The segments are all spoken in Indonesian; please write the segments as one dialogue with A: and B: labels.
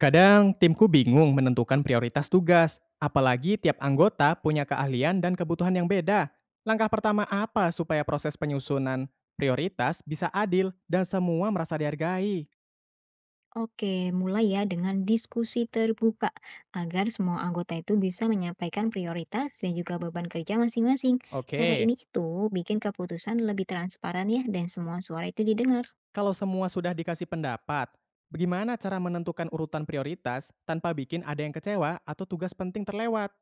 A: Kadang timku bingung menentukan prioritas tugas, apalagi tiap anggota punya keahlian dan kebutuhan yang beda. Langkah pertama apa supaya proses penyusunan prioritas bisa adil dan semua merasa dihargai?
B: Oke, mulai ya dengan diskusi terbuka agar semua anggota itu bisa menyampaikan prioritas dan juga beban kerja masing-masing. Cara
A: Oke,
B: ini itu bikin keputusan lebih transparan ya dan semua suara itu didengar.
A: kalau semua sudah dikasih pendapat, bagaimana cara menentukan urutan prioritas tanpa bikin ada yang kecewa atau tugas penting terlewat?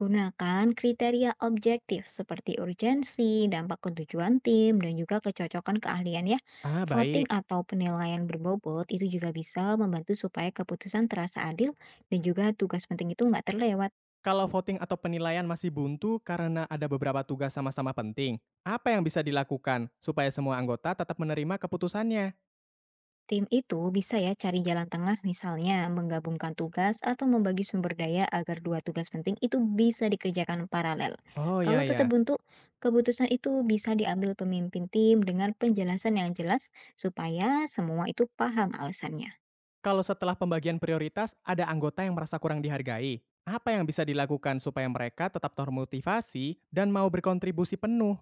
B: Gunakan kriteria objektif seperti urgensi, dampak ke tujuan tim, dan juga kecocokan keahlian ya.
A: Ah,
B: Voting
A: baik.
B: atau penilaian berbobot itu juga bisa membantu supaya keputusan terasa adil dan juga tugas penting itu nggak terlewat.
A: Kalau voting atau penilaian masih buntu karena ada beberapa tugas sama-sama penting, apa yang bisa dilakukan supaya semua anggota tetap menerima keputusannya?
B: Tim itu bisa ya cari jalan tengah misalnya menggabungkan tugas atau membagi sumber daya agar dua tugas penting itu bisa dikerjakan paralel.
A: Oh ya
B: Kalau tetap
A: ya,
B: buntu, keputusan itu bisa diambil pemimpin tim dengan penjelasan yang jelas supaya semua itu paham alasannya.
A: kalau setelah pembagian prioritas ada anggota yang merasa kurang dihargai, apa yang bisa dilakukan supaya mereka tetap termotivasi dan mau berkontribusi penuh?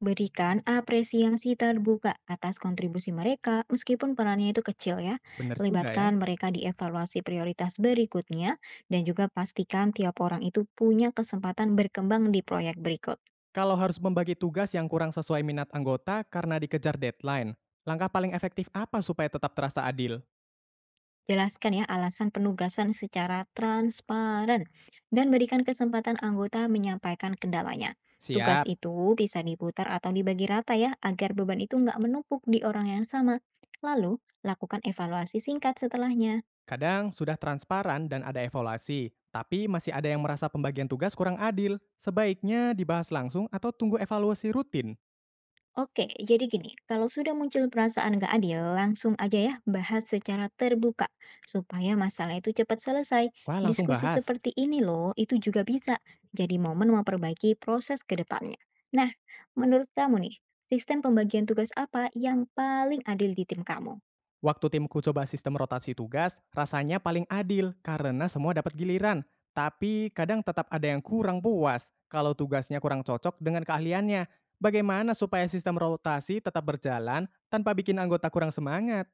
B: Berikan apresiasi terbuka atas kontribusi mereka meskipun perannya itu kecil ya.
A: Bener juga ya.
B: Libatkan mereka di evaluasi prioritas berikutnya dan juga pastikan tiap orang itu punya kesempatan berkembang di proyek berikut.
A: Kalau harus membagi tugas yang kurang sesuai minat anggota karena dikejar deadline, langkah paling efektif apa supaya tetap terasa adil?
B: Jelaskan ya alasan penugasan secara transparan dan berikan kesempatan anggota menyampaikan kendalanya. Tugas
A: Siap.
B: itu bisa diputar atau dibagi rata ya agar beban itu nggak menumpuk di orang yang sama. Lalu, lakukan evaluasi singkat setelahnya.
A: Kadang sudah transparan dan ada evaluasi, tapi masih ada yang merasa pembagian tugas kurang adil. Sebaiknya dibahas langsung atau tunggu evaluasi rutin.
B: Oke, jadi gini, kalau sudah muncul perasaan gak adil, langsung aja ya bahas secara terbuka supaya masalah itu cepat selesai.
A: Wah, langsung
B: Diskusi
A: bahas.
B: seperti ini loh, itu juga bisa jadi momen memperbaiki proses ke depannya. Nah, menurut kamu nih, sistem pembagian tugas apa yang paling adil di tim kamu?
A: Waktu timku coba sistem rotasi tugas, rasanya paling adil karena semua dapat giliran. Tapi kadang tetap ada yang kurang puas kalau tugasnya kurang cocok dengan keahliannya. Bagaimana supaya sistem rotasi tetap berjalan tanpa bikin anggota kurang semangat?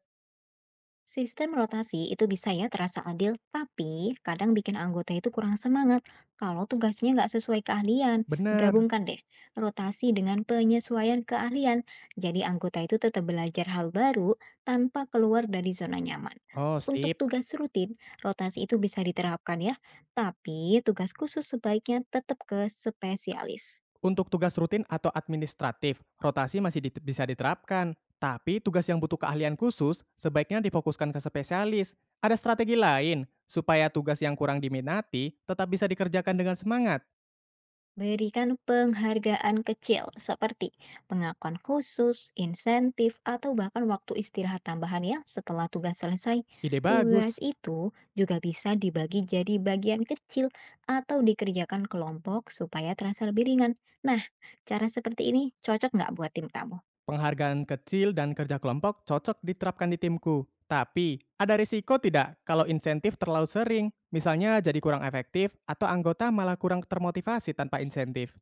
B: Sistem rotasi itu bisa ya terasa adil, tapi kadang bikin anggota itu kurang semangat kalau tugasnya nggak sesuai keahlian.
A: Bener.
B: Gabungkan deh rotasi dengan penyesuaian keahlian, jadi anggota itu tetap belajar hal baru tanpa keluar dari zona nyaman.
A: Oh,
B: Untuk
A: sip.
B: tugas rutin, rotasi itu bisa diterapkan ya, tapi tugas khusus sebaiknya tetap ke spesialis.
A: Untuk tugas rutin atau administratif, rotasi masih bisa diterapkan. Tapi tugas yang butuh keahlian khusus sebaiknya difokuskan ke spesialis. Ada strategi lain supaya tugas yang kurang diminati tetap bisa dikerjakan dengan semangat.
B: Berikan penghargaan kecil seperti pengakuan khusus, insentif, atau bahkan waktu istirahat tambahan ya setelah tugas selesai.
A: Ide bagus.
B: Tugas itu juga bisa dibagi jadi bagian kecil atau dikerjakan kelompok supaya terasa lebih ringan. Nah, cara seperti ini cocok nggak buat tim kamu?
A: Penghargaan kecil dan kerja kelompok cocok diterapkan di timku. Tapi, ada risiko tidak kalau insentif terlalu sering? Misalnya jadi kurang efektif atau anggota malah kurang termotivasi tanpa insentif.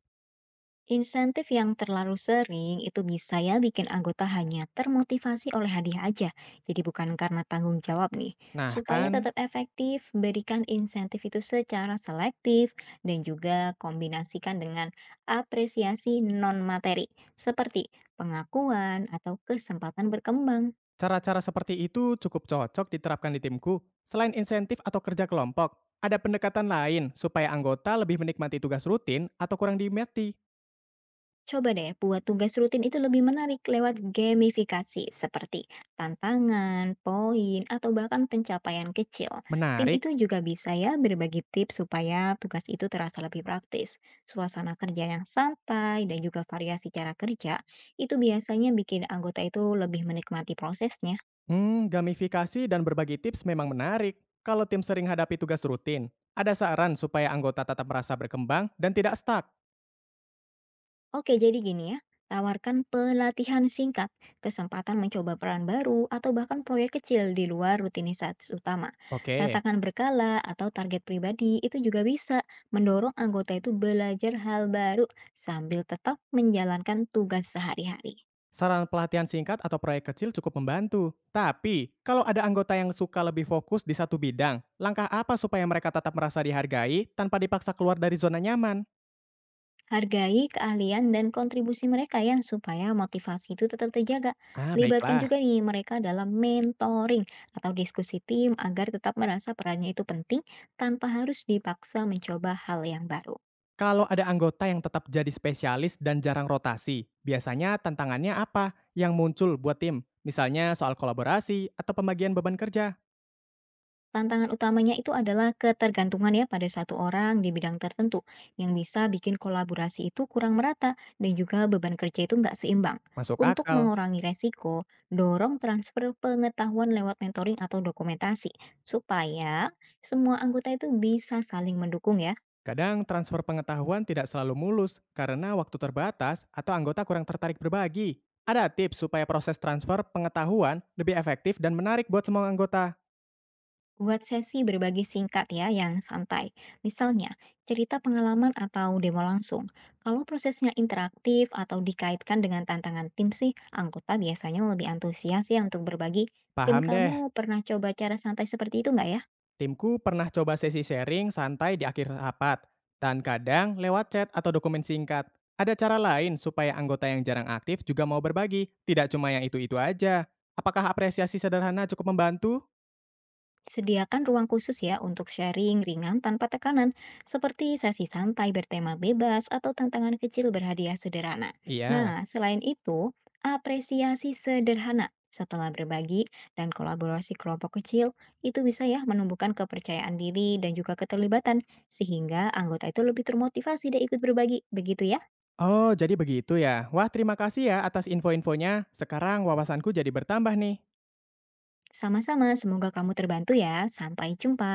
B: Insentif yang terlalu sering itu bisa ya bikin anggota hanya termotivasi oleh hadiah aja, jadi bukan karena tanggung jawab nih.
A: Nah
B: Supaya
A: kan,
B: tetap efektif, berikan insentif itu secara selektif dan juga kombinasikan dengan apresiasi non-materi, seperti pengakuan atau kesempatan berkembang.
A: cara-cara seperti itu cukup cocok diterapkan di timku. Selain insentif atau kerja kelompok, ada pendekatan lain supaya anggota lebih menikmati tugas rutin atau kurang diminati.
B: Coba deh buat tugas rutin itu lebih menarik lewat gamifikasi seperti tantangan, poin, atau bahkan pencapaian kecil. Tim
A: Menarik.
B: itu juga bisa ya berbagi tips supaya tugas itu terasa lebih praktis. Suasana kerja yang santai dan juga variasi cara kerja itu biasanya bikin anggota itu lebih menikmati prosesnya.
A: Hmm, gamifikasi dan berbagi tips memang menarik. Kalau tim sering hadapi tugas rutin, ada saran supaya anggota tetap merasa berkembang dan tidak stuck.
B: Oke, jadi gini ya, tawarkan pelatihan singkat, kesempatan mencoba peran baru, atau bahkan proyek kecil di luar rutinitas utama.
A: Oke,
B: Tantangan berkala atau target pribadi itu juga bisa mendorong anggota itu belajar hal baru sambil tetap menjalankan tugas sehari-hari.
A: saran pelatihan singkat atau proyek kecil cukup membantu. Tapi, kalau ada anggota yang suka lebih fokus di satu bidang, langkah apa supaya mereka tetap merasa dihargai tanpa dipaksa keluar dari zona nyaman?
B: Hargai keahlian dan kontribusi mereka ya, supaya motivasi itu tetap terjaga.
A: Ah,
B: Libatkan
A: baiklah.
B: juga nih mereka dalam mentoring atau diskusi tim agar tetap merasa perannya itu penting tanpa harus dipaksa mencoba hal yang baru.
A: Kalau ada anggota yang tetap jadi spesialis dan jarang rotasi, biasanya tantangannya apa yang muncul buat tim? Misalnya soal kolaborasi atau pembagian beban kerja.
B: Tantangan utamanya itu adalah ketergantungan ya pada satu orang di bidang tertentu yang bisa bikin kolaborasi itu kurang merata dan juga beban kerja itu nggak seimbang.
A: Masuk
B: Untuk
A: akal.
B: mengurangi resiko, dorong transfer pengetahuan lewat mentoring atau dokumentasi supaya semua anggota itu bisa saling mendukung ya.
A: Kadang transfer pengetahuan tidak selalu mulus karena waktu terbatas atau anggota kurang tertarik berbagi. Ada tips supaya proses transfer pengetahuan lebih efektif dan menarik buat semua anggota.
B: Buat sesi berbagi singkat ya yang santai. Misalnya, cerita pengalaman atau demo langsung. Kalau prosesnya interaktif atau dikaitkan dengan tantangan tim sih, anggota biasanya lebih antusias ya untuk berbagi. Tim
A: Paham deh.
B: kamu pernah coba cara santai seperti itu nggak ya?
A: Timku pernah coba sesi sharing santai di akhir rapat, dan kadang lewat chat atau dokumen singkat. Ada cara lain supaya anggota yang jarang aktif juga mau berbagi, tidak cuma yang itu-itu aja. Apakah apresiasi sederhana cukup membantu?
B: Sediakan ruang khusus ya untuk sharing ringan tanpa tekanan, seperti sesi santai bertema bebas atau tantangan kecil berhadiah sederhana.
A: Iya.
B: Nah, selain itu, apresiasi sederhana setelah berbagi dan kolaborasi kelompok kecil itu bisa ya menumbuhkan kepercayaan diri dan juga keterlibatan sehingga anggota itu lebih termotivasi dan ikut berbagi. Begitu ya.
A: Oh, jadi begitu ya. Wah, terima kasih ya atas info-infonya. Sekarang wawasanku jadi bertambah nih.
B: Sama-sama, semoga kamu terbantu ya. Sampai jumpa.